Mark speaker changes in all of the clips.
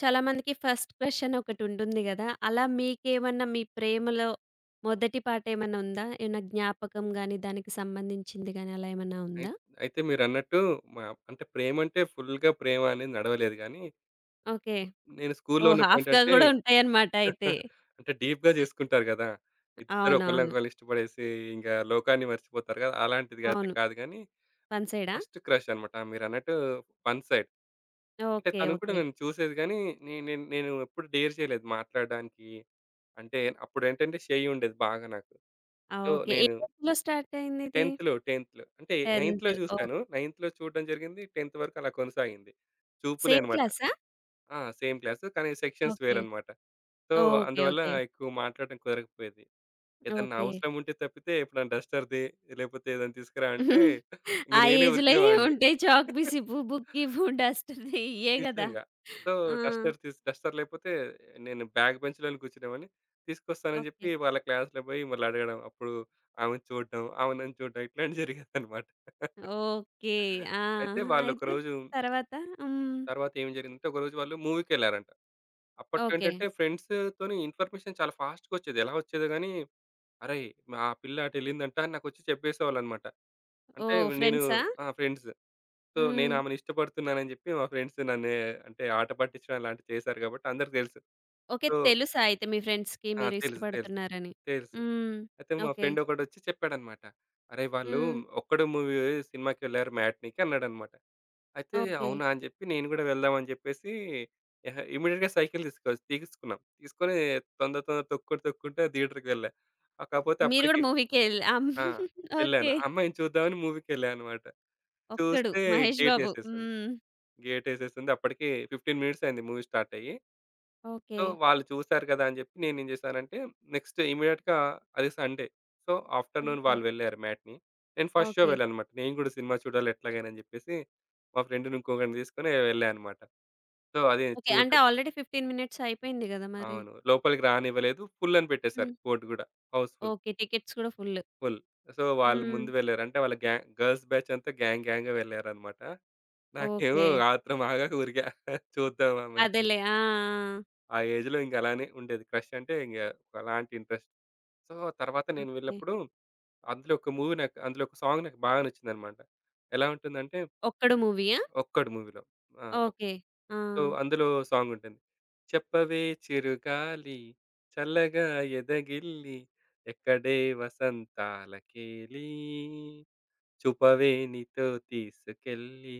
Speaker 1: చాలామందికి first crush అని ఒకటుంటుంది గదా! అలా మీకేమన్నా మీ ప్రేమలో మొదటి పాట ఏమన్నా ఉందా? ఏమన్నా జ్ఞాపకం గాని, దానికి సంబంధించింది గాని అలా ఏమన్నా
Speaker 2: అయి
Speaker 1: ఉందా?
Speaker 2: అయితే మీరన్నట్టు మా అంటే ప్రేమంటే ఫుల్‌గా ప్రేమ అనేది నడవలేదు గానీ,
Speaker 1: ఓకే.
Speaker 2: నేను స్కూల్‌లో
Speaker 1: ఓహ్! హాఫ్‌గా
Speaker 2: ఉన్నప్పుడేంటంటే
Speaker 1: గూడా ఉంటాయన్నమాట అయితే.
Speaker 2: అంటే డీప్‌గా చేసుకుంటారు గదా! ఇద్దరు
Speaker 1: అవునవును.
Speaker 2: ఒకళ్ళనొకళ్ళు ఇష్టపడేసి ఇంగ లోకాన్ని మర్చిపోతారు గదా! అలాంటిది అయితే
Speaker 1: అవును.
Speaker 2: కాదు గానీ,
Speaker 1: వన్ సైడా?
Speaker 2: ఫస్ట్ క్రష్ అన్నమాట. మీరన్నట్టు వన్ సైడ్. అంటే
Speaker 1: ఓకే.
Speaker 2: తను కూడా
Speaker 1: ఓకే.
Speaker 2: నన్ను చూసేది గానీ, నే నేను నేను ఎప్పుడు డేర్ చేయలేదు మాట్లాడడానికి. అంటే అప్పుడేంటంటే షై ఉండేది బాగా నాకు.
Speaker 1: ఆ!
Speaker 2: So,
Speaker 1: okay. ఏ
Speaker 2: నేను
Speaker 1: ఏజ్‌లో స్టార్ట్ అయిందిది?
Speaker 2: 10థ్‌లో. అంటే 9థ్‌లో
Speaker 1: 10థ్. ఓహ్!
Speaker 2: చూసాను. 9థ్‌లో చూడడం జరిగింది. 10థ్ వరకు అలా కొనసాగింది. చూపులే
Speaker 1: సేమ్
Speaker 2: అన్నమాట.
Speaker 1: క్లాసా?
Speaker 2: ఆ! సేమ్ క్లాస్ కానీ సెక్షన్స్
Speaker 1: ఓకే.
Speaker 2: వేరన్నమాట. So,
Speaker 1: okay.
Speaker 2: అందువల్ల
Speaker 1: ఓకే.
Speaker 2: ఎక్కువ మాట్లాడడం కుదరకపోయేది. ఏదన్నా
Speaker 1: ఓకే.
Speaker 2: అవసరం ఉంటే తప్పితే ఎప్పుడన్నా డస్టర్‌ది లేకపోతే ఏదైనా తీసుకురా అంటే ఇంక
Speaker 1: ఆ
Speaker 2: నేనే
Speaker 1: ఏజ్‌లో
Speaker 2: ఉరికేవాడిని.
Speaker 1: ఏముంటాయి చాక్, పీస్, బుక్, బుక్కి, డస్టర్ ఇయ్యే గదా!
Speaker 2: నిజంగా. సో,
Speaker 1: ఆ!
Speaker 2: డస్టర్ లేకపోతే నేను బ్యాక్ బెంచ్‌లోనే కూర్చునేవాడిని. తీసుకొస్తానని
Speaker 1: ఓకే.
Speaker 2: చెప్పి వాళ్ళ క్లాస్‌లో పోయి మళ్ళీ అడగడం. అప్పుడు ఆమెను చూడడం, ఆమె నన్ను చూడడం ఇట్లాంటివి జరిగేదన్నమాట.
Speaker 1: ఓకే. ఆ!
Speaker 2: అయితే
Speaker 1: అయితే
Speaker 2: వాళ్ళొకరోజు
Speaker 1: తర్వాత? హ్మ్.
Speaker 2: తర్వాత ఏం జరిగిందంటే, ఒకరోజు వాళ్ళు మూవీకెళ్లారంట. అప్పట్లో
Speaker 1: ఓకే.
Speaker 2: ఏంటంటే ఫ్రెండ్స్‌తోని ఇన్ఫర్మేషన్ చాలా ఫాస్ట్‌గొచ్చేది. ఎలా వచ్చేదో గానీ, "అరేయ్! మా పిల్ల అటెళ్ళిందంట" అని నాకొచ్చి చెప్పేసేవాళ్ళనమాట. అంటే
Speaker 1: ఓహ్!
Speaker 2: నేను
Speaker 1: ఫ్రెండ్సా?
Speaker 2: ఆ! ఫ్రెండ్స్. సో,
Speaker 1: హ్మ్.
Speaker 2: నేనామెని ఇష్టపడుతున్నానని జెప్పి మా ఫ్రెండ్స్ నన్ను అంటే ఆట పట్టించడం అలాంటివి చేశారు గాబట్టి అందరికి తెలుసు.
Speaker 1: ఓకే.
Speaker 2: సో
Speaker 1: తెలుసా అయితే మీ ఫ్రెండ్స్‌కి
Speaker 2: ఆ! తెలుసు. తెలుసు.
Speaker 1: మీరిష్టపడుతున్నారని?
Speaker 2: తెలుసు.
Speaker 1: హ్మ్.
Speaker 2: అయితే మా
Speaker 1: ఓకే.
Speaker 2: ఫ్రెండ్ ఒకడొచ్చి చెప్పాడనమాట. "అరేయ్! వాళ్ళు
Speaker 1: హ్మ్.
Speaker 2: 'ఒక్కడు' సినిమాకెళ్లారు మ్యాట్నీకి" అన్నాడనమాట. అయితే
Speaker 1: ఓకే.
Speaker 2: అవునా అని చెప్పి నేను గూడా వెళ్దాం అని చెప్పేసి ఎహా! ఇమ్మీడియేట్‌గా సైకిల్ తీసుకో తీసుకున్నాం. తీసుకొని తొందర తొందర తొక్కుకుంటూ తొక్కుకుంటూ థియేటర్‌కి వెళ్ళా. కాపోతే
Speaker 1: మీరు గూడా
Speaker 2: అప్పటికి
Speaker 1: మూవీకెళ్ళి ఆ!
Speaker 2: ఆ! వెళ్ళాను.
Speaker 1: ఓకే.
Speaker 2: అమ్మాయిని చూద్దామని మూవీకెళ్ళా అనమాట.
Speaker 1: ఒక్కడు
Speaker 2: చూస్తే
Speaker 1: 'మహేష్ బాబు.'
Speaker 2: గేటేసేసింది.
Speaker 1: హ్మ్.
Speaker 2: గేటేసేసింది. అప్పటికి 15 మినిట్స్ అయింది మూవీ స్టార్ట్ అయ్యి.
Speaker 1: ఓకే.
Speaker 2: సో, వాళ్ళు చూసారు కదా! అని చెప్పి నేనేం చేశానంటే నెక్స్ట్ ఇమ్మీడియేట్‌గా అది సండే. So, afternoon
Speaker 1: okay.
Speaker 2: వాళ్ళు వెళ్ళారు మ్యాట్‌ని. నేను ఫస్ట్ షో
Speaker 1: ఓకే.
Speaker 2: వెళ్ళాననమాట. నేను గూడా సినిమా చూడాలి ఎట్లాగైనా అని చెప్పేసి మా ఫ్రెండ్‌ని ఇంకొకడిని తీసుకొని వెళ్ళా అనమాట. సో, అదే
Speaker 1: ఓకే. అంటే
Speaker 2: చూడటం.
Speaker 1: ఆల్రెడీ 15 మినిట్స్ అయిపోయింది గదా! మరి.
Speaker 2: అవును. లోపలికి రానివ్వలేదు. ఫుల్ అని పెట్టేశారు
Speaker 1: హ్మ్.
Speaker 2: బోర్డ్ గూడా. House full,
Speaker 1: okay. టికెట్స్ కూడా ఫుల్.
Speaker 2: ఫుల్. ఫుల్. సో, వాళ్ళు
Speaker 1: హ్మ్.
Speaker 2: ముందు వెళ్లారు. అంటే వాళ్ళ గ్యాంగ్ గర్ల్స్ బ్యాచ్ అంతా గ్యాంగ్ గ్యాంగ్‌గా వెళ్లారన్నమాట. నాకేమో
Speaker 1: ఓకే.
Speaker 2: ఆత్రం ఆగాక ఊరికా చూద్దాం ఆమెని.
Speaker 1: అదేలే. ఆ! ఆ!
Speaker 2: ఆ ఏజ్‌లో ఇంక అలానే ఉండేది. క్రష్ అంటే ఇంగ ఒకలాంటి ఇంట్రెస్ట్. సో, తర్వాత
Speaker 1: ఆ!
Speaker 2: నేను
Speaker 1: ఓకే.
Speaker 2: వెళ్ళినప్పుడు అందులో ఒక సాంగ్ నాకు బాగా నచ్చిందన్నమాట. ఎలా ఉంటుందంటే
Speaker 1: 'ఒక్కడు' మూవీయా?
Speaker 2: 'ఒక్కడు' మూవీలో. ఆ!
Speaker 1: ఓకే. ఆ!
Speaker 2: సో, అందులో సాంగుంటుంది. చెప్పవే చిరుగాలి చల్లగా ఎదగిల్లి ఎక్కడే వసంతాలకేలి చూపవే నీతో తీసుకెళ్ళి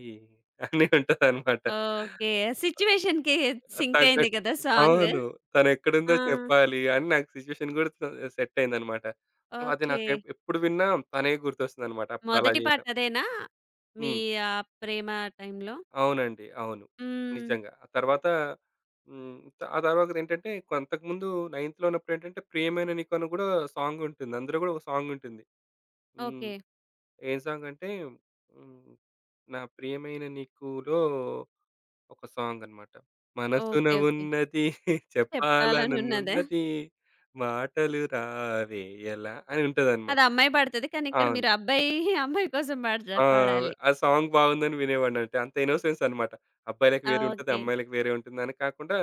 Speaker 2: అని ఉంటదనమాట.
Speaker 1: ఓకే. సిట్యుయేషన్‌కి సింక్ అయింది
Speaker 2: తగ్గట్టు
Speaker 1: కదా! సాంగ్.
Speaker 2: అవును. తనెక్కడుందో
Speaker 1: ఆ!
Speaker 2: చెప్పాలి అని నాకు సిచ్యుయేషన్ గూడా సెట్ అయిందనమాట. సో, అది
Speaker 1: ఓకే.
Speaker 2: నాకు ఎప్పుడు విన్నా తనే గుర్తొస్తుందనమాట. అప్పుడలా
Speaker 1: మొదటి పాట
Speaker 2: జేశా.
Speaker 1: అదేనా? మీ
Speaker 2: హ్మ్.
Speaker 1: ఆహ్, ప్రేమ టైంలో?
Speaker 2: అవునండి. అవును.
Speaker 1: హ్మ్.
Speaker 2: నిజంగా. ఆ తర్వాత హ్మ్. ఆ తర్వాతదేంటంటే కొ అంతకుముందు నైన్త్‌లో ఉన్నప్పుడేంటంటే 'ప్రియమైన నీకు' అని గూడా సాంగుంటుంది. అందులో గూడా ఒక సాంగుంటుంది. హ్మ్.
Speaker 1: ఓకే.
Speaker 2: ఏం సాంగంటే హ్మ్. 'నా ప్రియమైన నీకు'లో ఒక సాంగనమాట. మనసున
Speaker 1: ఓకే. ఓకే.
Speaker 2: ఉన్నది
Speaker 1: చెప్పాలనున్నదా?
Speaker 2: చెప్పాలననున్నది మాటలు రావేయలా అని
Speaker 1: అది
Speaker 2: ఉంటదనమాట.
Speaker 1: అమ్మాయి పాడుతది. కానీ ఇక్కడ
Speaker 2: అవును.
Speaker 1: మీరు అబ్బాయి, అమ్మాయి కోసం పాడత
Speaker 2: ఆ!
Speaker 1: పాడాలి.
Speaker 2: ఆ సాంగ్ బాగుందని వినేవాడిని. అంటే అంత ఇన్నోసెన్స్ అన్నమాట. అబ్బాయిలకి
Speaker 1: ఆ!
Speaker 2: వేరే ఉంటది.
Speaker 1: ఓకే.
Speaker 2: అమ్మాయిలకి వేరే ఉంటుందని కాకుండా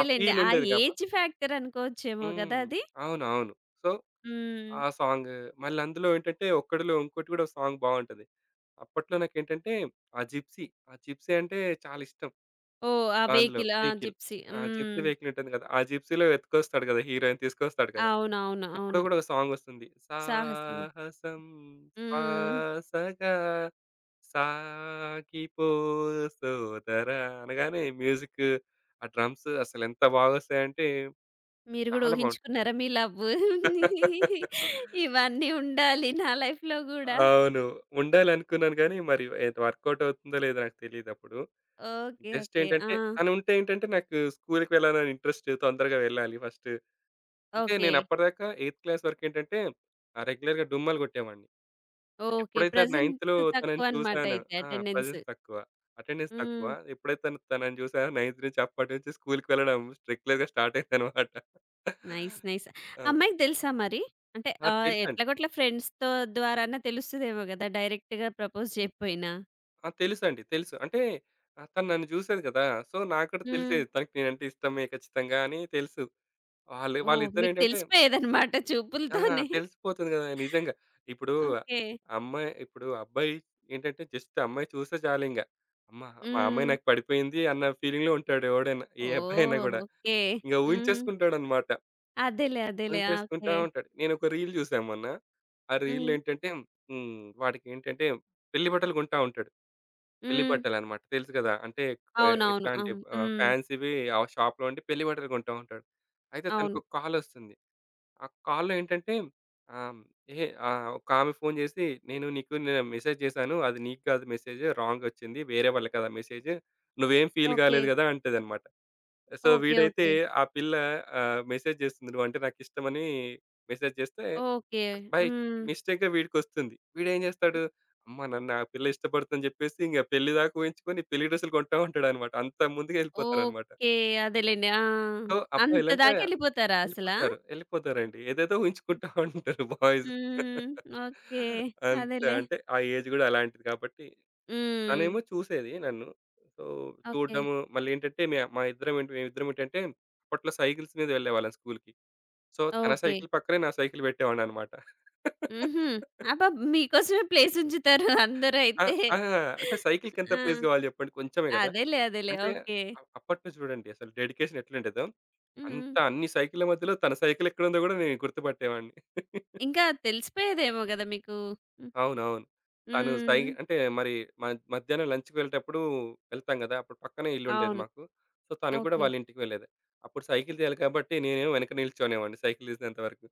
Speaker 2: ఆ ఫీల్
Speaker 1: ఆ
Speaker 2: ఉండేది కాబ
Speaker 1: ఏజ్ ఫ్యాక్టర్ అనుకోవచ్చేమో కదా
Speaker 2: హ్మ్.
Speaker 1: అది?
Speaker 2: అవును. అవును. సో,
Speaker 1: హ్మ్.
Speaker 2: ఆ సాంగ్ మళ్ళీ అందులో ఏంటంటే ఒక్కడులో ఇంకోటి కూడా సాంగ్ బాగుంటది. అప్పట్లో నాకేంటంటే ఆ జిప్సీ, ఆ జిప్సీ అంటే చాలా ఇష్టం.
Speaker 1: ఓహ్! ఆ!
Speaker 2: అందులో
Speaker 1: 'వేకిలా' ఆ!
Speaker 2: వెహికల్.
Speaker 1: 'జిప్సీ'
Speaker 2: ఆ! జిప్సీ
Speaker 1: హ్మ్.
Speaker 2: వెహికల్ ఉంటుంది కదా! ఆ జిప్సీలో ఎత్తుకొస్తాడు కదా! హీరోయిన్ తీసుకొస్తాడు కదా!
Speaker 1: అవునవును.
Speaker 2: అప్పుడు
Speaker 1: అవును.
Speaker 2: గూడా ఒక సాంగొస్తుంది.
Speaker 1: 'సాహసమా'.
Speaker 2: సాహసం
Speaker 1: హ్మ్.
Speaker 2: శ్వాసగా సాగిపో సోదరా అనగానే మ్యూజిక్, ఆ డ్రమ్స్ అసలెంత బాగొస్తాయంటే
Speaker 1: మీరు గూడా
Speaker 2: చాలా బావుంటుంది.
Speaker 1: ఊహించుకున్నారా మీ లవ్వు ఇవన్నీ ఉండాలి నా లైఫ్‌లో గూడా?
Speaker 2: అవును. ఉండాలనుకున్నాను గానీ, మరి అది వర్కౌట్ అవుతుందో లేదో నాకు తెలీదప్పుడు.
Speaker 1: ఓకే.
Speaker 2: Just
Speaker 1: okay. ఆ!
Speaker 2: ఏంటంటే తనుంటే ఏంటంటే నాకు స్కూల్‌కి వెళ్ళాలని ఇంట్రెస్ట్ తొందరగా వెళ్ళాలి ఫస్ట్. అంటే
Speaker 1: ఓకే.
Speaker 2: నేను అప్పటిదాకా ఎయిత్ క్లాస్ వరకేంటంటే రెగ్యులర్‌గా డుమ్మలు కొట్టేవాడిని.
Speaker 1: ఓకే.
Speaker 2: ఎప్పుడైతే
Speaker 1: ప్రెజెన్స్
Speaker 2: 9థ్‌లో తనని
Speaker 1: తక్కువనమాట
Speaker 2: చూసానో
Speaker 1: అయితే
Speaker 2: ఆ!
Speaker 1: అటెండెన్స్.
Speaker 2: ప్రెజెన్స్ తక్కువ. అటెండెన్స్ తక్కువ.
Speaker 1: హ్మ్.
Speaker 2: ఎప్పుడైతే తనని చూసానో 9థ్ నుంచి అప్పటి నుంచి స్కూల్‌కి వెళ్ళడం రెగ్యులర్‌గా స్టార్ట్ అయిందనమాట.
Speaker 1: నైస్. నైస్.
Speaker 2: ఆ!
Speaker 1: అమ్మాయికి తెలుసా మరి? అంటే
Speaker 2: ఆ!
Speaker 1: ఆహ్,
Speaker 2: తెలుసండి.
Speaker 1: ఎట్లాగొట్లా ఫ్రెండ్స్‌తో ద్వారానా తెలుస్తదేమో గదా! డైరెక్ట్‌గా ప్రపోజ్ చేయకపోయినా.
Speaker 2: ఆ! తెలుసండి. తెలుసు. అంటే తను నన్ను చూసేది కదా! సో, నాకు కూడా
Speaker 1: హ్మ్.
Speaker 2: తెలిసేది తనకి నేనంటే ఇష్టమే ఖచ్చితంగా అని తెలుసు.
Speaker 1: ఓహ్! మీకు
Speaker 2: వాళ్ళిద్దరేంటంటే
Speaker 1: తెలిసిపోయేదనమాట
Speaker 2: ఆహా!
Speaker 1: చూపులతోనే.
Speaker 2: తెలిసిపోతుంది గదా! నిజంగా. ఇప్పుడు
Speaker 1: ఓకే.
Speaker 2: అమ్మాయి ఇప్పుడు అబ్బాయి ఏంటంటే జస్ట్ అమ్మాయి చూస్తే చాలింక. అమ్మ మా అమ్మాయి
Speaker 1: హ్మ్.
Speaker 2: నాకు పడిపోయింది అన్న ఫీలింగ్‌లో ఉంటాడు ఎవడైనా. ఏ అబ్బాయి అయినా
Speaker 1: ఓహ్!
Speaker 2: గూడా.
Speaker 1: ఓకే.
Speaker 2: ఇంక
Speaker 1: హ్మ్.
Speaker 2: ఊహించేసుకుంటాడనమాట.
Speaker 1: అదేలే. అదేలే. ఆ!
Speaker 2: ఊహించేసుకుంటా
Speaker 1: ఓకే.
Speaker 2: ఉంటాడు. నేనొక రీల్ జూసాను మొన్న. ఆ రీల్‌లో
Speaker 1: హ్మ్.
Speaker 2: ఏంటంటే హ్మ్. వాడికేంటంటే పెళ్లి బట్టలు కొంటా ఉంటాడు. పెళ్లి
Speaker 1: హ్మ్.
Speaker 2: బట్టలనమాట. తెలుసు గదా! అంటే
Speaker 1: అవునవును. అం
Speaker 2: ఎట్లాంటి
Speaker 1: హ్మ్.
Speaker 2: ఫ్యాన్సీవి ఆ షాప్‌లో ఉండి పెళ్లి బట్టలు కొంటా ఉంటాడు. అయితే
Speaker 1: అవును.
Speaker 2: తనకొక కాలొస్తుంది. ఆ కాల్‌లో ఏంటంటే ఆహ్, ఒక ఆమె ఫోన్ చేసి, "నేను నీకు మెసేజ్ చేశాను. అది నీకు కాదు మెసేజ్. రాంగ్ వచ్చింది. వేరే వాళ్ళకి కదా మెసేజ్. నువ్వేం ఫీల్
Speaker 1: ఓకే.
Speaker 2: కాలేదు కదా" అంటదనమాట. So,
Speaker 1: okay.
Speaker 2: వీడైతే
Speaker 1: ఓకే.
Speaker 2: ఆ పిల్ల మెసేజ్ చేస్తుంది. "నువ్వంటే నాకిష్టమని" మెసేజ్ చేస్తే
Speaker 1: ఓకే.
Speaker 2: బై
Speaker 1: హ్మ్.
Speaker 2: మిస్టేక్‌గా వీడికొస్తుంది. వీడేం చేస్తాడు? అమ్మ! నన్ను ఆ పిల్ల ఇష్టపడుతుందని చెప్పేసి ఇంక పెళ్లి దాకా ఊహించుకొని పెళ్లి డ్రెస్సులు కొంటా ఉంటాడనమాట. అంత ముందుకెళ్ళిపోతారనమాట.
Speaker 1: ఓకే. అదేలెండి. ఆ!
Speaker 2: సో,
Speaker 1: అంత
Speaker 2: అబ్బాయిలంటే
Speaker 1: దాకెళ్ళిపోతారా అసలా?
Speaker 2: వెళ్ళిపోతారు. వెళ్ళిపోతారండి. ఏదేదో ఊహించుకుంటా ఉంటారు బాయ్స్.
Speaker 1: హ్మ్. ఓకే.
Speaker 2: అంతే.
Speaker 1: అదేలే.
Speaker 2: అంటే ఆ ఏజ్ గూడా అలాంటిది కాబట్టి,
Speaker 1: హ్మ్.
Speaker 2: తనేమో చూసేది నన్ను. So,
Speaker 1: okay.
Speaker 2: చూడడము మళ్ళేంటంటే మే మా ఇద్దరం ఏంటి మేమిద్దరం ఏంటంటే అప్పట్లో సైకిల్స్ మీద వెళ్ళేవాళ్ళం స్కూల్‌కి. సో, తన
Speaker 1: ఓకే.
Speaker 2: సైకిల్ పక్కనే నా సైకిల్ పెట్టేవాడిననమాట.
Speaker 1: హుహు. అబ్బా! మీకోసమే ప్లేస్ ఉంచుతారు అందరూ
Speaker 2: ఆ!
Speaker 1: అయితే.
Speaker 2: ఆ! అంటే సైకిల్‌కెంత
Speaker 1: ఆ!
Speaker 2: ప్లేస్ గావాలి చెప్పండి? కొంచెమే గదా!
Speaker 1: అదేలే. అదేలే.
Speaker 2: అంటే
Speaker 1: ఓకే.
Speaker 2: అప్పట్లో చూడండి అసలు డెడికేషన్ ఎట్లుండేదో,
Speaker 1: హ్మ్.
Speaker 2: అన్ని సైకిల్ల మధ్యలో తన సైకిల్ ఎక్కడుందో గూడా నేను గుర్తుపట్టేవాడిని.
Speaker 1: ఇంకా తెలిసిపోయేదేమో గదా మీకు.
Speaker 2: అవునవును. తను సైగ
Speaker 1: హ్మ్.
Speaker 2: అంటే మరి మ మధ్యాహ్నం లంచ్‌కి వెళ్ళేటప్పుడు వెళ్తాం గదా! అప్పుడు పక్కనే ఇల్లుండేది
Speaker 1: అవును.
Speaker 2: మాకు. సో, తను గూడా
Speaker 1: ఓకే.
Speaker 2: వాళ్ళ ఇంటికి వెళ్ళేది. అప్పుడు సైకిల్ తీయాలి కాబట్టి నేనేమో వెనక నిల్చోనేవాడిని సైకిల్ తీసేంత వరకు.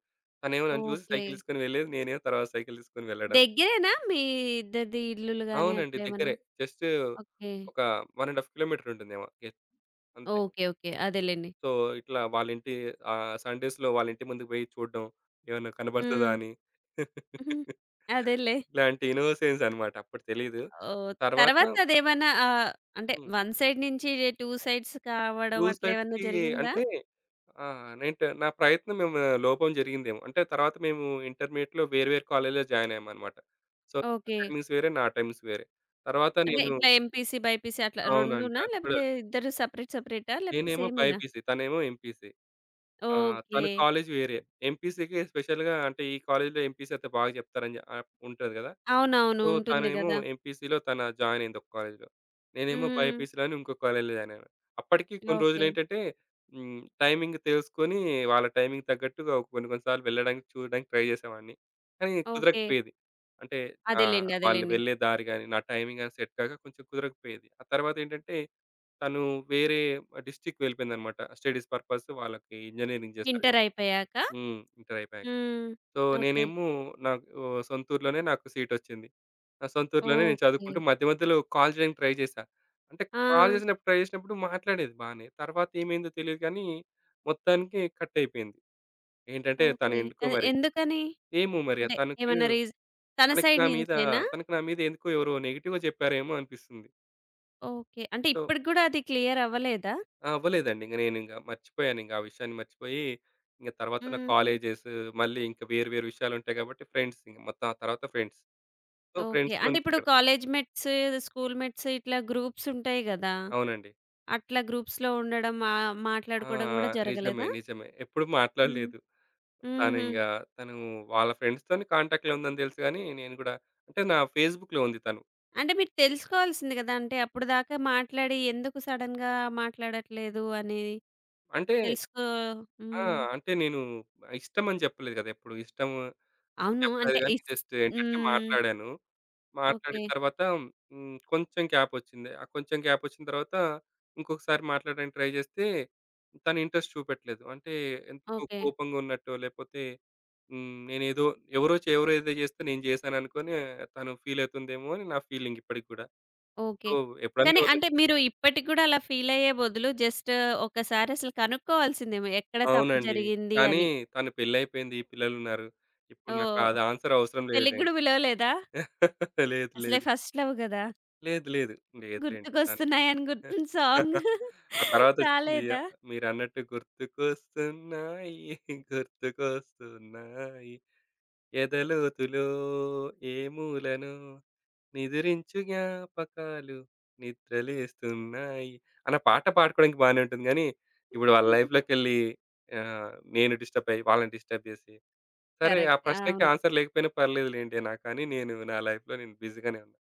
Speaker 2: తనేమో నన్ను చూసి
Speaker 1: ఓకే.
Speaker 2: సైకిల్ తీసుకొని వెళ్ళేది. నేనేమో తర్వాత సైకిల్ తీసుకొని వెళ్ళడం.
Speaker 1: దగ్గరేనా మీ ఇద్దరిది ఇల్లులు గాని
Speaker 2: అవునండి.
Speaker 1: అట్లేమన్నా?
Speaker 2: దగ్గరే. Just
Speaker 1: okay.
Speaker 2: ఒక 1 ½ కిలోమీటర్ ఉంటుందేమో. అంతే.
Speaker 1: ఓకే. ఓకే. అదేలెండి.
Speaker 2: సో, ఇట్లా వాళ్ళింటి సండేస్‌లో వాళ్ళింటి ముందుకు పోయి చూడడం, ఏమన్నా కనబడుతదా
Speaker 1: హ్మ్.
Speaker 2: అని.
Speaker 1: హుహు. అదేలే.
Speaker 2: ఇలాంటి ఇన్నోసెన్స్ అన్నమాట. అప్పుడు తెలీదు.
Speaker 1: ఓహ్!
Speaker 2: తర్వాత
Speaker 1: తర్వాత అదేమన్నా ఆహ్, అంటే
Speaker 2: హ్మ్.
Speaker 1: వన్ సైడ్ నుంచి 2 సైడ్స్ కావడం
Speaker 2: టూ
Speaker 1: అట్లేమన్నా
Speaker 2: సైడ్స్‌కి
Speaker 1: జరిగిందా?
Speaker 2: అంటే ఆహ్, నేంట నా ప్రయత్నం ఏమో లోపం జరిగిందేమో. అంటే తర్వాత మేము ఇంటర్మీడియేట్‌లో వేరు వేరు కాలేజ్‌లో జాయిన్ అయ్యామన్నమాట. సో, తన
Speaker 1: ఓకే.
Speaker 2: టైమింగ్స్ వేరే, నా టైమింగ్స్ వేరే. తర్వాత
Speaker 1: అంటే
Speaker 2: నేను
Speaker 1: ఇట్లా ఎంపీసీ, బైపీసీ అట్లా
Speaker 2: అవునండి.
Speaker 1: 2నా?
Speaker 2: అది కూడా
Speaker 1: లేపోతే ఇద్దరు సెపరేట్ సెపరేటా? లేపోతే
Speaker 2: నేనేమో
Speaker 1: సేమేనా?
Speaker 2: బైపీసీ, తనేమో ఎంపీసీ. ఆ! తన
Speaker 1: ఓకే.
Speaker 2: కాలేజ్ వేరే. ఎంపీసీకి స్పెషల్‌గా అంటే ఈ కాలేజ్‌లో ఎంపీసీ అయితే బాగా చెప్తారని ఉంటది గదా!
Speaker 1: అవునవును.
Speaker 2: సో,
Speaker 1: ఉంటుంది
Speaker 2: తనేమో
Speaker 1: గదా!
Speaker 2: ఎంపీసీలో తన జాయిన్ అయింది ఒక కాలేజ్‌లో. నేనేమో
Speaker 1: హ్మ్.
Speaker 2: బైపీసీలో అని ఇంకో కాలేజ్‌లో జాయిన్ అయ్యాను. అప్పటికి కొన్ని
Speaker 1: ఓకే.
Speaker 2: రోజులేంటంటే హ్మ్. టైమింగ్ తెలుసుకొని వాళ్ళ టైమింగ్ తగ్గట్టుగా కొన్ని కొన్ని సార్లు వెళ్ళడానికి చూడడానికి ట్రై చేసేవాడిని. కానీ
Speaker 1: ఓకే.
Speaker 2: కుదరకపోయేది. అంటే
Speaker 1: అదేలెండి.
Speaker 2: వాళ్ళు
Speaker 1: అదేలెండి.
Speaker 2: వెళ్ళే దారి గాని, నా టైమింగ్ గాని సెట్ కాక కొంచెం కుదరకపోయేది. ఆ తర్వాతేంటంటే తను వేరే డిస్ట్రిక్ట్ వెళ్ళిపోయిందనమాట. స్టడీస్ పర్పస్ వాళ్ళకి ఇంజినీరింగ్ చేస్తారు
Speaker 1: ఇంటర్
Speaker 2: కాబట్టి.
Speaker 1: అయిపోయాక.
Speaker 2: హ్మ్. ఇంటర్ అయిపోయాక.
Speaker 1: హ్మ్.
Speaker 2: So,
Speaker 1: okay.
Speaker 2: నేనేమో నాకు సొంత ఊర్లోనే నాకు సీటొచ్చింది. నా సొంత ఊర్లోనే నేను
Speaker 1: ఓకే.
Speaker 2: చదువుకుంటూ మధ్య మధ్యలో కాల్ చేయడానికి ట్రై చేశా. అంటే
Speaker 1: ఆ!
Speaker 2: కాల్ చేసినప్పుడు ట్రై చేసినప్పుడు మాట్లాడేది బానే. తర్వాత ఏమైందో తెలీదు కానీ మొత్తానికి కట్ అయిపోయింది. ఏంటంటే తను
Speaker 1: ఓకే.
Speaker 2: ఎందుకో
Speaker 1: అది
Speaker 2: మరి
Speaker 1: ఎందుకని?
Speaker 2: ఏమో మరి
Speaker 1: అంటే
Speaker 2: తనకు
Speaker 1: ఏమన్నా రీజన్ తన
Speaker 2: తనకి
Speaker 1: సైడ్
Speaker 2: నా మీద
Speaker 1: నుంచేనా?
Speaker 2: తనకి నా మీద ఎందుకో ఎవరో నెగెటివ్‌గా చెప్పారేమో అనిపిస్తుంది.
Speaker 1: ఓకే. అంటే
Speaker 2: సో,
Speaker 1: ఇప్పటికి గూడా అది క్లియర్ అవ్వలేదా?
Speaker 2: ఆ! అవ్వలేదండి. ఇంక నేనింక మర్చిపోయాను. ఇంక ఆ విషయాన్ని మర్చిపోయి ఇంక తర్వాత నా
Speaker 1: హుహు.
Speaker 2: కాలేజెస్ మళ్ళీ ఇంకా వేరు వేరు విషయాలుంటాయి కాబట్టి ఫ్రెండ్స్ ఇంక మొత్తం ఆ తర్వాత ఫ్రెండ్స్. So,
Speaker 1: okay. అంటే
Speaker 2: ఫ్రెండ్స్‌తోని
Speaker 1: ఇప్పుడు కాలేజ్ మేట్స్, స్కూల్ మేట్స్ ఇట్లా గ్రూప్స్ ఉంటాయి గదా!
Speaker 2: అవునండి.
Speaker 1: అట్లా గ్రూప్స్‌లో ఉండడం మా
Speaker 2: ఆ!
Speaker 1: మాట్లాడుకోవడం గూడా
Speaker 2: నిజమే.
Speaker 1: జరగలేదా?
Speaker 2: నిజమే. ఎప్పుడు
Speaker 1: హ్మ్.
Speaker 2: మాట్లాడలేదు.
Speaker 1: హుహు.
Speaker 2: తనింగా తను వాళ్ళ ఫ్రెండ్స్‌తోని కాంటాక్ట్‌లో ఉందని తెలుసు గానీ, నేను గూడా అంటే నా ఫేస్‌బుక్‌లో ఉంది తను.
Speaker 1: అంటే మీరు తెలుసుకోవాల్సింది గదా! అంటే అప్పటిదాకా మాట్లాడి ఎందుకు సడెన్‌గా మాట్లాడట్లేదు అని
Speaker 2: అంటే
Speaker 1: తెలుసుకో
Speaker 2: ఆ!
Speaker 1: హ్మ్.
Speaker 2: అంటే నేను ఇష్టమని చెప్పలేదు గదా! ఎప్పుడు. ఇష్టం అని
Speaker 1: అవును.
Speaker 2: చెప్పలేదు
Speaker 1: అంటే
Speaker 2: గానీ, జస్ట్ ఏంటంటే
Speaker 1: హ్మ్.
Speaker 2: మాట్లాడాను.
Speaker 1: ఓకే.
Speaker 2: మాట్లాడిన తర్వాత హ్మ్, కొంచెం గ్యాపొచ్చింది. ఆ కొంచెం గ్యాపొచ్చిన తర్వాత ఇంకొకసారి మాట్లాడడానికి ట్రై జేస్తే తను ఇంట్రెస్ట్ చూపెట్టలేదు. అంటే ఎందుకో
Speaker 1: ఓకే.
Speaker 2: కోపంగా ఉన్నట్టో లేపోతే హ్మ్, నేనేదో ఎవరో ఏదో చేస్తే నేను జేశాననుకోని తను ఫీలవుతుందేమో అని నా ఫీలింగ్ ఇప్పటికి గూడా. So,
Speaker 1: okay.
Speaker 2: ఎప్పుడన్నా
Speaker 1: కానీ
Speaker 2: ఎవరైనా
Speaker 1: అంటే మీరు ఇప్పటికి గూడా అలా ఫీలయ్యే బదులు జస్ట్ ఒకసారి అసలు కనుక్కోవాల్సిందేమో ఎక్కడ తప్పు
Speaker 2: అవునండి.
Speaker 1: జరిగింది
Speaker 2: కానీ
Speaker 1: అని.
Speaker 2: తను పెళ్లయిపోయింది. పిల్లలున్నారు. ఇప్పుడు నాకు
Speaker 1: ఓహ్!
Speaker 2: అది ఆన్సర్ అవసరం
Speaker 1: పెళ్ళికి
Speaker 2: లేదులెండి.
Speaker 1: గూడా పిలవలేదా?
Speaker 2: లేదు.
Speaker 1: అసలే
Speaker 2: లేదు.
Speaker 1: ఫస్ట్ లవ్ గదా!
Speaker 2: లేదు. లేదు. లేదులెండి. తను
Speaker 1: గుర్తుకొస్తున్నాయని గుర్తున్న సాంగ్
Speaker 2: ఆ తర్వాతొచ్చింది
Speaker 1: రాలేదా?
Speaker 2: మీరన్నట్టు గుర్తుకొస్తున్నాయి, గుర్తుకొస్తున్నాయి ఎదలోతులో ఏ మూలనో నిదురించు జ్ఞాపకాలు నిద్రలేస్తున్నాయి. అన్న పాట పాడుకోవడానికి బానే ఉంటుంది గానీ, ఇప్పుడు వాళ్ళ లైఫ్‌లోకెళ్ళి నేను డిస్టర్బ్ అయ్యి, వాళ్ళని డిస్టర్బ్ జేసి, సరే ఆ
Speaker 1: కరెక్ట్.
Speaker 2: ప్రశ్నకి
Speaker 1: అవును.
Speaker 2: ఆన్సర్ లేకపోయినా పర్లేదులెండి నాకు కానీ, నేను నా లైఫ్‌లో నేను బిజీగానే ఉన్నా.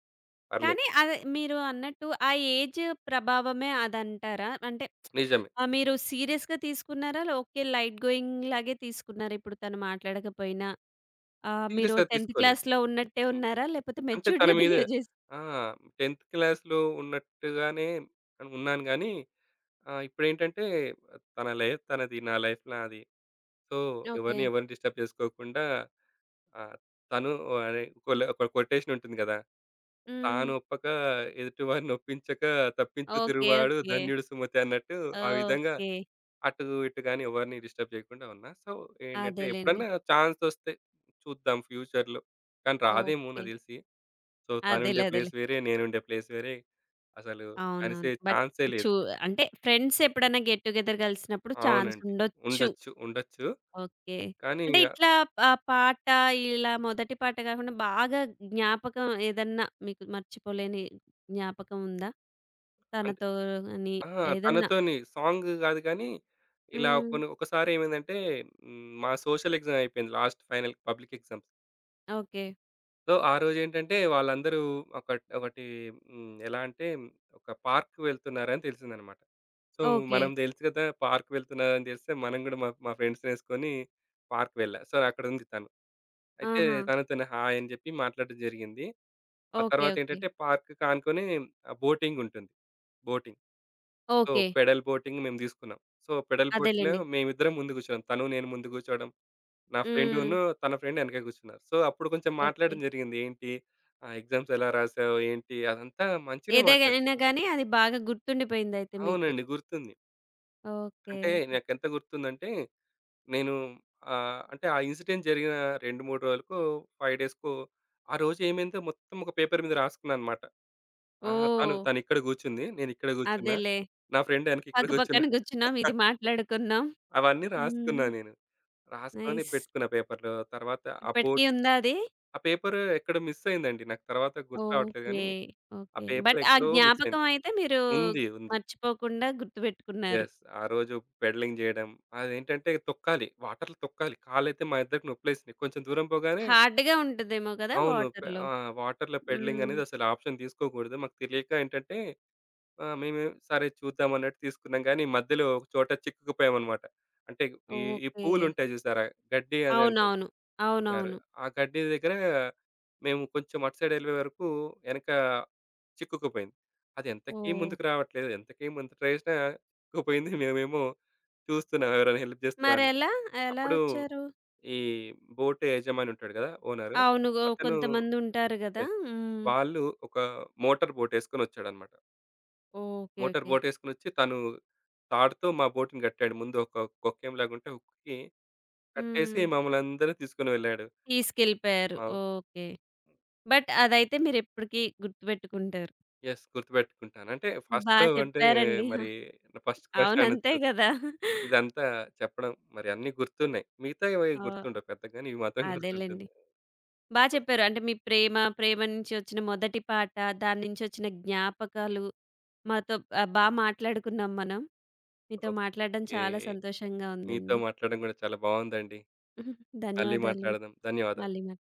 Speaker 2: పర్లేదు.
Speaker 1: కానీ అదే మీరు అన్నట్టు ఆ ఏజ్ ప్రభావమే అదంటారా? అంటే
Speaker 2: నిజమే.
Speaker 1: ఆహ్, మీరు సీరియస్‌గా తీసుకున్నారా? ఓకే. లైట్ గోయింగ్ లాగే తీసుకున్నారా ఇప్పుడు తను మాట్లాడకపోయినా? ఆ! మీరు
Speaker 2: సీరియస్‌గా
Speaker 1: 10థ్
Speaker 2: తీసుకోలేదు.
Speaker 1: క్లాస్‌లో ఉన్నట్టే ఉన్నారా? లేపోతే
Speaker 2: అంటే తన
Speaker 1: మెచ్యూర్డ్‌గా
Speaker 2: మీద
Speaker 1: బిహేవ్ చేసి
Speaker 2: ఆ! 10థ్ క్లాస్‌లో ఉన్నట్టుగానే ఉన్నాను గానీ, ఇప్పుడేంటంటే తన లైఫ్ తనది. నా లైఫ్ నాది. So,
Speaker 1: okay.
Speaker 2: ఎవరిని ఎవరిని డిస్టర్బ్ చేసుకోకుండా ఆహ్, తను అదే ఒక కొటేషన్ ఉంటుంది గదా!
Speaker 1: హ్మ్.
Speaker 2: తానొప్పక ఎదుటివారిని ఒప్పించక తప్పించు
Speaker 1: ఓకే.
Speaker 2: తిరుగువాడు
Speaker 1: ఓకే.
Speaker 2: ధన్యుడు సుమతి అన్నట్టు ఆ విధంగా
Speaker 1: ఓకే.
Speaker 2: అటు ఇటు గాని ఎవరిని డిస్టర్బ్ చేయకుండా ఉన్నా. సో, ఏంటంటే
Speaker 1: అదేలెండి.
Speaker 2: ఎప్పుడన్నా ఛాన్స్ ఒస్తే చూద్దాం ఫ్యూచర్‌లో. కానీ రాదేమో
Speaker 1: ఓకే.
Speaker 2: నాకు దెలిసి. సో, తనుండే
Speaker 1: అదేలే. అదేలే.
Speaker 2: ప్లేస్ వేరే, నేనుండే ప్లేస్ వేరే. అసలు కలిసే
Speaker 1: అవునవును. బట్
Speaker 2: ఛాన్సే లేదు.
Speaker 1: చూ అంటే ఫ్రెండ్స్ ఎప్పుడైనా గెట్ టుగెదర్ కలిసినప్పుడు ఛాన్స్
Speaker 2: అవునండి.
Speaker 1: ఉండొచ్చు.
Speaker 2: ఉండొచ్చు. ఉండొచ్చు.
Speaker 1: ఓకే.
Speaker 2: కానీ
Speaker 1: అంటే ఇట్లా ఆహ్, పాట ఇలా మొదటి పాట కాకుండా బాగా జ్ఞాపకం ఏదన్నా మీకు మర్చిపోలేని జ్ఞాపకం ఉందా?
Speaker 2: అంటే
Speaker 1: తనతో అని
Speaker 2: ఆ!
Speaker 1: ఏదన్నా?
Speaker 2: తనతోని సాంగ్ గాదు గానీ, ఇలా
Speaker 1: హ్మ్.
Speaker 2: కొన్ని ఒకసారి ఏమైందంటే హ్మ్, మా సోషల్ ఎగ్జామ్ అయిపోయింది. Last final public exams.
Speaker 1: Okay.
Speaker 2: So, ఆ రోజేంటంటే వాళ్ళందరూ ఒకటి హ్మ్, ఎలా అంటే ఒక పార్క్ వెళ్తున్నారని తెలిసిందనమాట. So,
Speaker 1: okay.
Speaker 2: మనం తెలుసు కదా! పార్క్ వెళ్తున్నారని తెలిస్తే మనం గూడా మా మా ఫ్రెండ్స్‌నేసుకొని పార్క్ వెళ్ళా. సో, అక్కడుంది తను. అయితే
Speaker 1: ఆహా!
Speaker 2: తనతోనే హాయ్ అని చెప్పి మాట్లాడడం జరిగింది. ఆ
Speaker 1: ఓకే. ఓకే.
Speaker 2: తర్వాతేంటంటే పార్క్‌కి ఆనుకొని బోటింగ్ ఉంటుంది. Boating. So,
Speaker 1: okay.
Speaker 2: Pedal boating మేము తీసుకున్నాం. సో, పెడల్ బోట్‌లో
Speaker 1: అదేలెండి.
Speaker 2: మేమిద్దరం ముందు కూర్చున్నాం. తను నేను ముందు కూర్చోవడం. నా
Speaker 1: హ్మ్.
Speaker 2: ఫ్రెండును తన ఫ్రెండ్ ఎనక కూర్చున్నారు. సో, అప్పుడు కొంచెం
Speaker 1: ఓకే.
Speaker 2: మాట్లాడడం జరిగింది. ఏంటి? ఎగ్జామ్స్ ఎలా రాసావు? ఏంటి? అదంతా మంచిగానే మాట్లాడాం.
Speaker 1: ఏదేగైనా గానీ అది బాగా గుర్తుండిపోయిందయితే మీకు.
Speaker 2: అవునండి. గుర్తుంది.
Speaker 1: ఓకే.
Speaker 2: అంటే నాకెంత గుర్తుందంటే నేను అంటే ఆ ఇన్సిడెంట్ జరిగిన 2, 3 రోజులకో, 5 డేస్‌కో ఆ రోజు ఏమైందో మొత్తం ఒక పేపర్ మీద రాసుకున్నా అనమాట. ఆహా!
Speaker 1: ఓహ్!
Speaker 2: తనిక్కడ కూర్చుంది. నేనిక్కడ కూర్చున్నా.
Speaker 1: అదేలే.
Speaker 2: నా ఫ్రెండ్ ఎనక ఇక్కడ
Speaker 1: పక్క పక్కన
Speaker 2: కూర్చున్నా.
Speaker 1: కూర్చున్నాం. ఇది మాట్లాడుకున్నాం.
Speaker 2: అవన్నీ
Speaker 1: హ్మ్.
Speaker 2: రాసుకున్నా నేను. రాసుకొని
Speaker 1: నైస్.
Speaker 2: పెట్టుకున్న పేపర్‌లో. తర్వాత ఆ
Speaker 1: ఇప్పటికి
Speaker 2: బోర్డ్
Speaker 1: ఉందా అది?
Speaker 2: ఆ పేపర్ ఎక్కడో మిస్ అయిందండి. నాకు తర్వాత గుర్తు రావట్లేదు
Speaker 1: ఓకే.
Speaker 2: గానీ, ఆ
Speaker 1: ఓకే.
Speaker 2: పేపర్
Speaker 1: బట్ ఆ
Speaker 2: ఎక్కడో మిస్
Speaker 1: జ్ఞాపకం
Speaker 2: అయింది.
Speaker 1: అయితే మీరు
Speaker 2: ఉంది. ఉంది.
Speaker 1: మర్చిపోకుండా గుర్తుపెట్టుకున్నారు.
Speaker 2: యెస్. ఆ రోజు పెడలింగ్ చేయడం అదేంటంటే తొక్కాలి. వాటర్‌లో తొక్కాలి. కాళ్ళైతే మా ఇద్దరికి నొప్పులేసినాయి. కొంచెం దూరం పోగానే
Speaker 1: హార్డ్‌గా ఉంటదేమో కదా!
Speaker 2: అవును.
Speaker 1: వాటర్‌లో.
Speaker 2: వాటర్‌లో పెడలింగ్
Speaker 1: హ్మ్.
Speaker 2: అనేది అసలు ఆప్షన్ తీసుకోకూడదు. మాకు తెలియక ఏంటంటే మేము సరే చూద్దాం అన్నట్టు తీసుకున్నాం గానీ, మధ్యలో ఒక చోట చిక్కుకుపోయామన్నమాట. అంటే ఈ ఈ
Speaker 1: ఓకే.
Speaker 2: పూలుంటాయి చూసారా? గడ్డి అని అంటారు.
Speaker 1: అవునవును.
Speaker 2: అంటారు.
Speaker 1: అవునవును.
Speaker 2: ఆ గడ్డి దగ్గర మేము కొంచెం అటు సైడ్ ఎళ్ళే వరకు ఎనక చిక్కుకుపోయింది. అది ఎంతకీ
Speaker 1: ఓహ్!
Speaker 2: ముందుకు రావట్లేదు. ఎంతకీ ముందు ట్రై చేసినా చిక్కుకుపోయింది. మేమేమో చూస్తున్నాం ఎవరైనా హెల్ప్ చేస్తారా అని.
Speaker 1: మరెలా? ఎలా
Speaker 2: అప్పుడు
Speaker 1: వచ్చారు?
Speaker 2: ఈ బోట్ యజమాని ఉంటాడు కదా! ఓనరు.
Speaker 1: అవును.
Speaker 2: అతను
Speaker 1: కొంతమందుంటారు గదా!
Speaker 2: యెస్.
Speaker 1: హ్మ్.
Speaker 2: వాళ్ళు ఒక మోటార్ బోటేసుకొని వచ్చాడనమాట.
Speaker 1: ఓకే.
Speaker 2: Motor
Speaker 1: okay.
Speaker 2: బోటేసుకొనొచ్చి తను తాడుతో మా బోట్‌ని కట్టాడు. ముందు ఒక కొక్కెంలాగుంటే హుక్‌కి కట్టేసి
Speaker 1: హ్మ్.
Speaker 2: మమ్మల్నందరిని తీసుకొని వెళ్ళాడు.
Speaker 1: తీసుకెళ్ళిపోయారు.
Speaker 2: అవును.
Speaker 1: ఓకే. బట్ అదైతే మీరెప్పటికి గుర్తుపెట్టుకుంటారు.
Speaker 2: యెస్. గుర్తుపెట్టుకుంటాను. అంటే ఫస్ట్
Speaker 1: బా
Speaker 2: లవ్ అంటే
Speaker 1: చెప్పారండి.
Speaker 2: మరి ఫస్ట్ క్రష్
Speaker 1: అవును. అంతే
Speaker 2: అనొచ్చు.
Speaker 1: గదా!
Speaker 2: ఇదంతా చెప్పడం మరి అన్నీ గుర్తున్నాయి. మిగతావి
Speaker 1: ఓహ్!
Speaker 2: గుర్తుండవు పెద్దగా గాని ఇవి మాత్రం
Speaker 1: అదేలెండి.
Speaker 2: గుర్తుంటుంది.
Speaker 1: బా చెప్పారు. అంటే మీ ప్రేమ, ప్రేమ నుంచి వచ్చిన మొదటి పాట, దాని నుంచి వచ్చిన జ్ఞాపకాలు మాతో ఆహ్, బా మాట్లాడుకున్నాం మనం. మీతో మాట్లాడడం
Speaker 2: ఓకే.
Speaker 1: చాలా సంతోషంగా
Speaker 2: మీతో
Speaker 1: ఉందండి.
Speaker 2: మాట్లాడడం కూడా చాలా బావుందండి. మళ్ళీ
Speaker 1: ధన్యవాదాలు.
Speaker 2: మాట్లాడదాం. ధన్యవాదాలు.
Speaker 1: మళ్ళీ మాట్